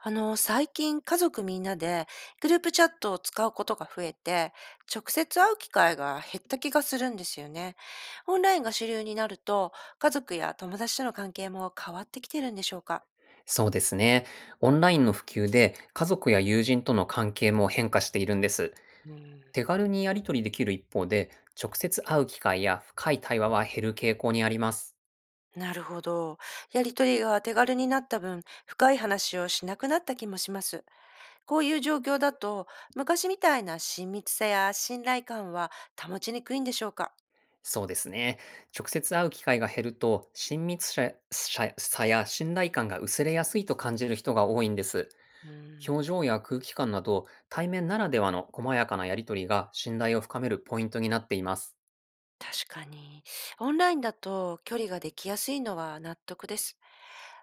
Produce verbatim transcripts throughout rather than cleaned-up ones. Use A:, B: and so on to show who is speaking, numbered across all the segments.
A: あの、最近家族みんなでグループチャットを使うことが増えて、直接会う機会が減った気がするんですよね。オンラインが主流になると、家族や友達との関係も変わってきてるんでしょうか？
B: そうですね。オンラインの普及で家族や友人との関係も変化しているんです。
A: うん、
B: 手軽にやり取りできる一方で、直接会う機会や深い対話は減る傾向にあります。
A: なるほど。やりとりが手軽になった分、深い話をしなくなった気もします。こういう状況だと、昔みたいな親密さや信頼感は保ちにくいんでしょうか？
B: そうですね。直接会う機会が減ると、親密さささや信頼感が薄れやすいと感じる人が多いんです。
A: うん。
B: 表情や空気感など、対面ならではの細やかなやり取りが信頼を深めるポイントになっています。
A: 確かに。オンラインだと距離ができやすいのは納得です。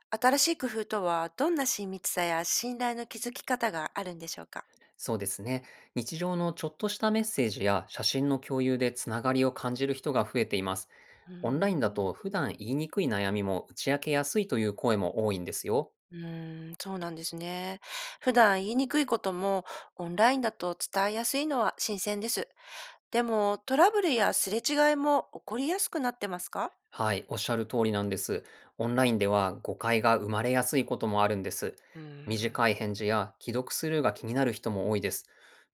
A: 新しい工夫とはどんな親密さや信頼の築き方があるんでしょうか？
B: そうですね。日常のちょっとしたメッセージや写真の共有でつながりを感じる人が増えています。
A: うー
B: オンラインだ
A: ん。
B: と普段言いにくい悩みも打ち明けやすいという声も多いんですよ。
A: うーん、そうなんですね。普段言いにくいこともオンラインだと伝えやすいのは新鮮です。でもトラブルやすれ違いも起こりやすくなってますか？
B: はい、おっしゃる通りなんです。オンラインでは誤解が生まれやすいこともあるんです。
A: うーん。
B: 短い返事や既読スルーが気になる人も多いです。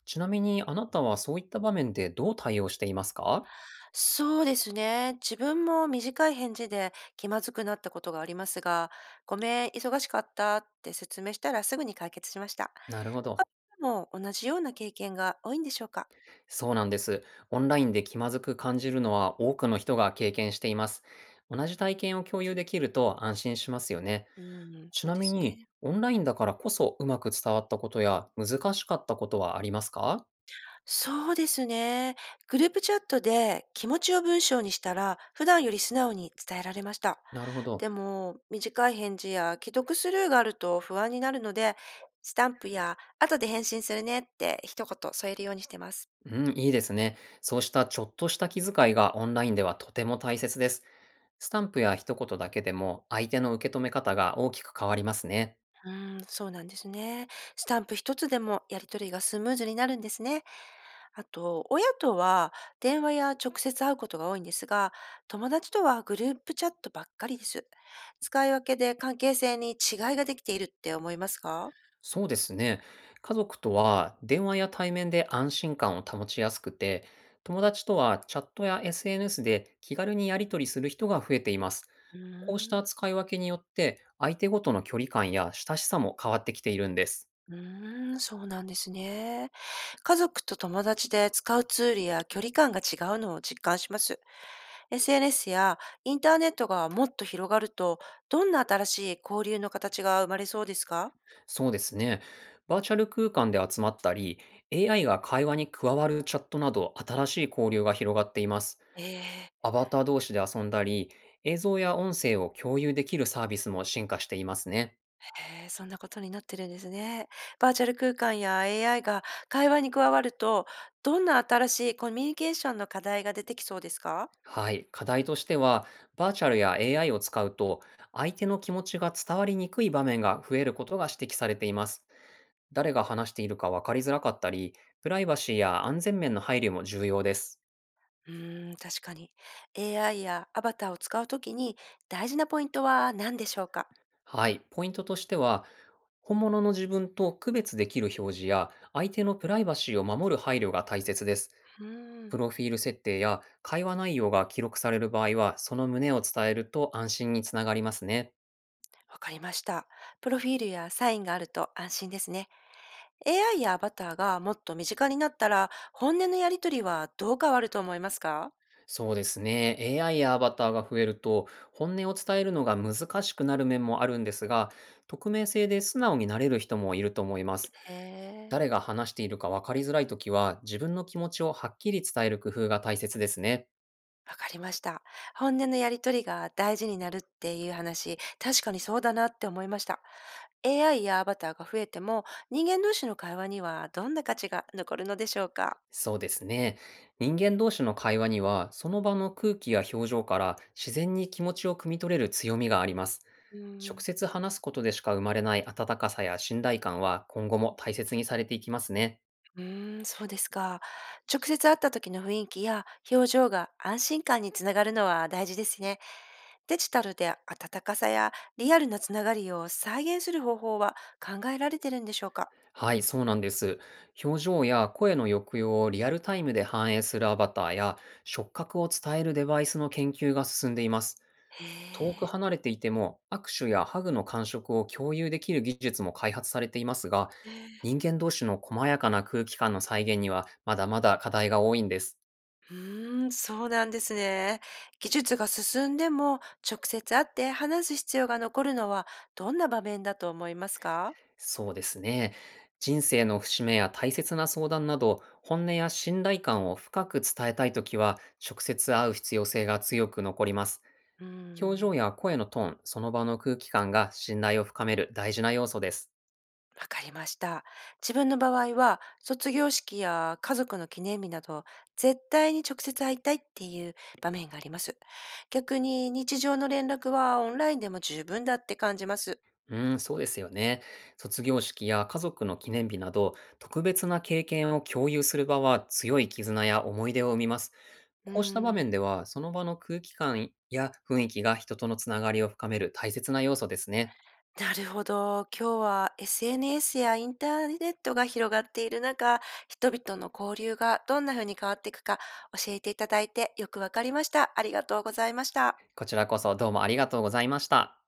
B: ちなみに、あなたはそういった場面でどう対応していますか？
A: そうですね。自分も短い返事で気まずくなったことがありますが、ごめん、忙しかったって説明したらすぐに解決しました。
B: なるほ
A: 他
B: ど。
A: にも同じような経験が多いんでしょうか？
B: そうなんです。オンラインで気まずく感じるのは多くの人が経験しています。同じ体験を共有できると安心しますよね。
A: うん、そ
B: ち
A: う
B: な
A: で
B: み
A: す
B: に、
A: ね。
B: オンラインだからこそうまく伝わったことや難しかったことはありますか？
A: そうですね。グループチャットで気持ちを文章にしたら、普段より素直に伝えられました。
B: なるほど。
A: でも、短い返事や既読スルーがあると不安になるので、スタンプや後で返信するねって一言添えるようにしてます。
B: うん、いいですね。そうしたちょっとした気遣いがオンラインではとても大切です。スタンプや一言だけでも相手の受け止め方が大きく変わりますね。
A: うーん、そうなんですね。スタンプ一つでもやり取りがスムーズになるんですね。あと、親とは電話や直接会うことが多いんですが、友達とはグループチャットばっかりです。使い分けで関係性に違いができているって思いますか？
B: そうですね。家族とは電話や対面で安心感を保ちやすくて、友達とはチャットや エスエヌエス で気軽にやり取りする人が増えています。
A: うー
B: こうした
A: ん。
B: 使い分けによって、相手ごとの距離感や親しさも変わってきているんです。
A: うーん、そうなんですね。家族と友達で使うツールや距離感が違うのを実感します。エスエヌエス やインターネットがもっと広がると、どんな新しい交流の形が生まれそうですか？
B: そうですね。バーチャル空間で集まったり、エーアイ が会話に加わるチャットなど、新しい交流が広がっています。
A: えーえ
B: アバター同士で遊んだり、映像や音声を共有できるサービスも進化していますね。
A: ー。そんなことになってるんですね。バーチャル空間や エーアイ が会話に加わると、どんな新しいコミュニケーションの課題が出てきそうですか？
B: はい、課題としては、バーチャルや エーアイ を使うと、相手の気持ちが伝わりにくい場面が増えることが指摘されています。誰が話しているか分かりづらかったり、プライバシーや安全面の配慮も重要です。
A: うーん、確かに。エーアイ やアバターを使うときに大事なポイントは何でしょうか？
B: はい、ポイントとしては、本物の自分と区別できる表示や、相手のプライバシーを守る配慮が大切です。
A: うーん。
B: プロフィール設定や会話内容が記録される場合は、その旨を伝えると安心につながりますね。
A: わかりました。プロフィールやサインがあると安心ですね。エーアイ やアバターがもっと身近になったら、本音のやりとりはどう変わると思いますか？
B: そうですね。エーアイ やアバターが増えると、本音を伝えるのが難しくなる面もあるんですが、匿名性で素直になれる人もいると思います。
A: へえ。
B: 誰が話しているか分かりづらいときは、自分の気持ちをはっきり伝える工夫が大切ですね。
A: わかりました。本音のやりとりが大事になるっていう話、確かにそうだなって思いました。エーアイ やアバターが増えても、人間同士の会話にはどんな価値が残るのでしょうか？
B: そうですね。人間同士の会話には、その場の空気や表情から自然に気持ちを汲み取れる強みがあります。
A: う
B: 直
A: ん。
B: 接話すことでしか生まれない温かさや信頼感は、今後も大切にされていきますね。
A: うーん、そうですか。直接会った時の雰囲気や表情が安心感につながるのは大事ですね。デジタルで温かさやリアルなつながりを再現する方法は考えられてるんでしょうか？
B: はい、そうなんです。表情や声の抑揚をリアルタイムで反映するアバターや触覚を伝えるデバイスの研究が進んでいます。遠く
A: へ
B: 離れていても握手やハグの感触を共有できる技術も開発されていますが、
A: え。
B: 人間同士の細やかな空気感の再現にはまだまだ課題が多いんです。
A: うーん、そうなんですね。技術が進んでも直接会って話す必要が残るのはどんな場面だと思いますか？
B: そうですね。人生の節目や大切な相談など、本音や信頼感を深く伝えたいときは、直接会う必要性が強く残ります。
A: うー
B: 表
A: ん。
B: 情や声のトーン、その場の空気感が信頼を深める大事な要素です。
A: わかりました。自分の場合は、卒業式や家族の記念日など、絶対に直接会いたいっていう場面があります。逆に日常の連絡はオンラインでも十分だって感じます。
B: うーん、そうですよね。卒業式や家族の記念日など、特別な経験を共有する場は強い絆や思い出を生みます。
A: うー
B: こうした場
A: ん、
B: 面では、その場の空気感や雰囲気が人とのつながりを深める大切な要素ですね。
A: なるほど。今日は エスエヌエス やインターネットが広がっている中、人々の交流がどんな風に変わっていくか教えていただいてよくわかりました。ありがとうございました。
B: こちらこそどうもありがとうございました。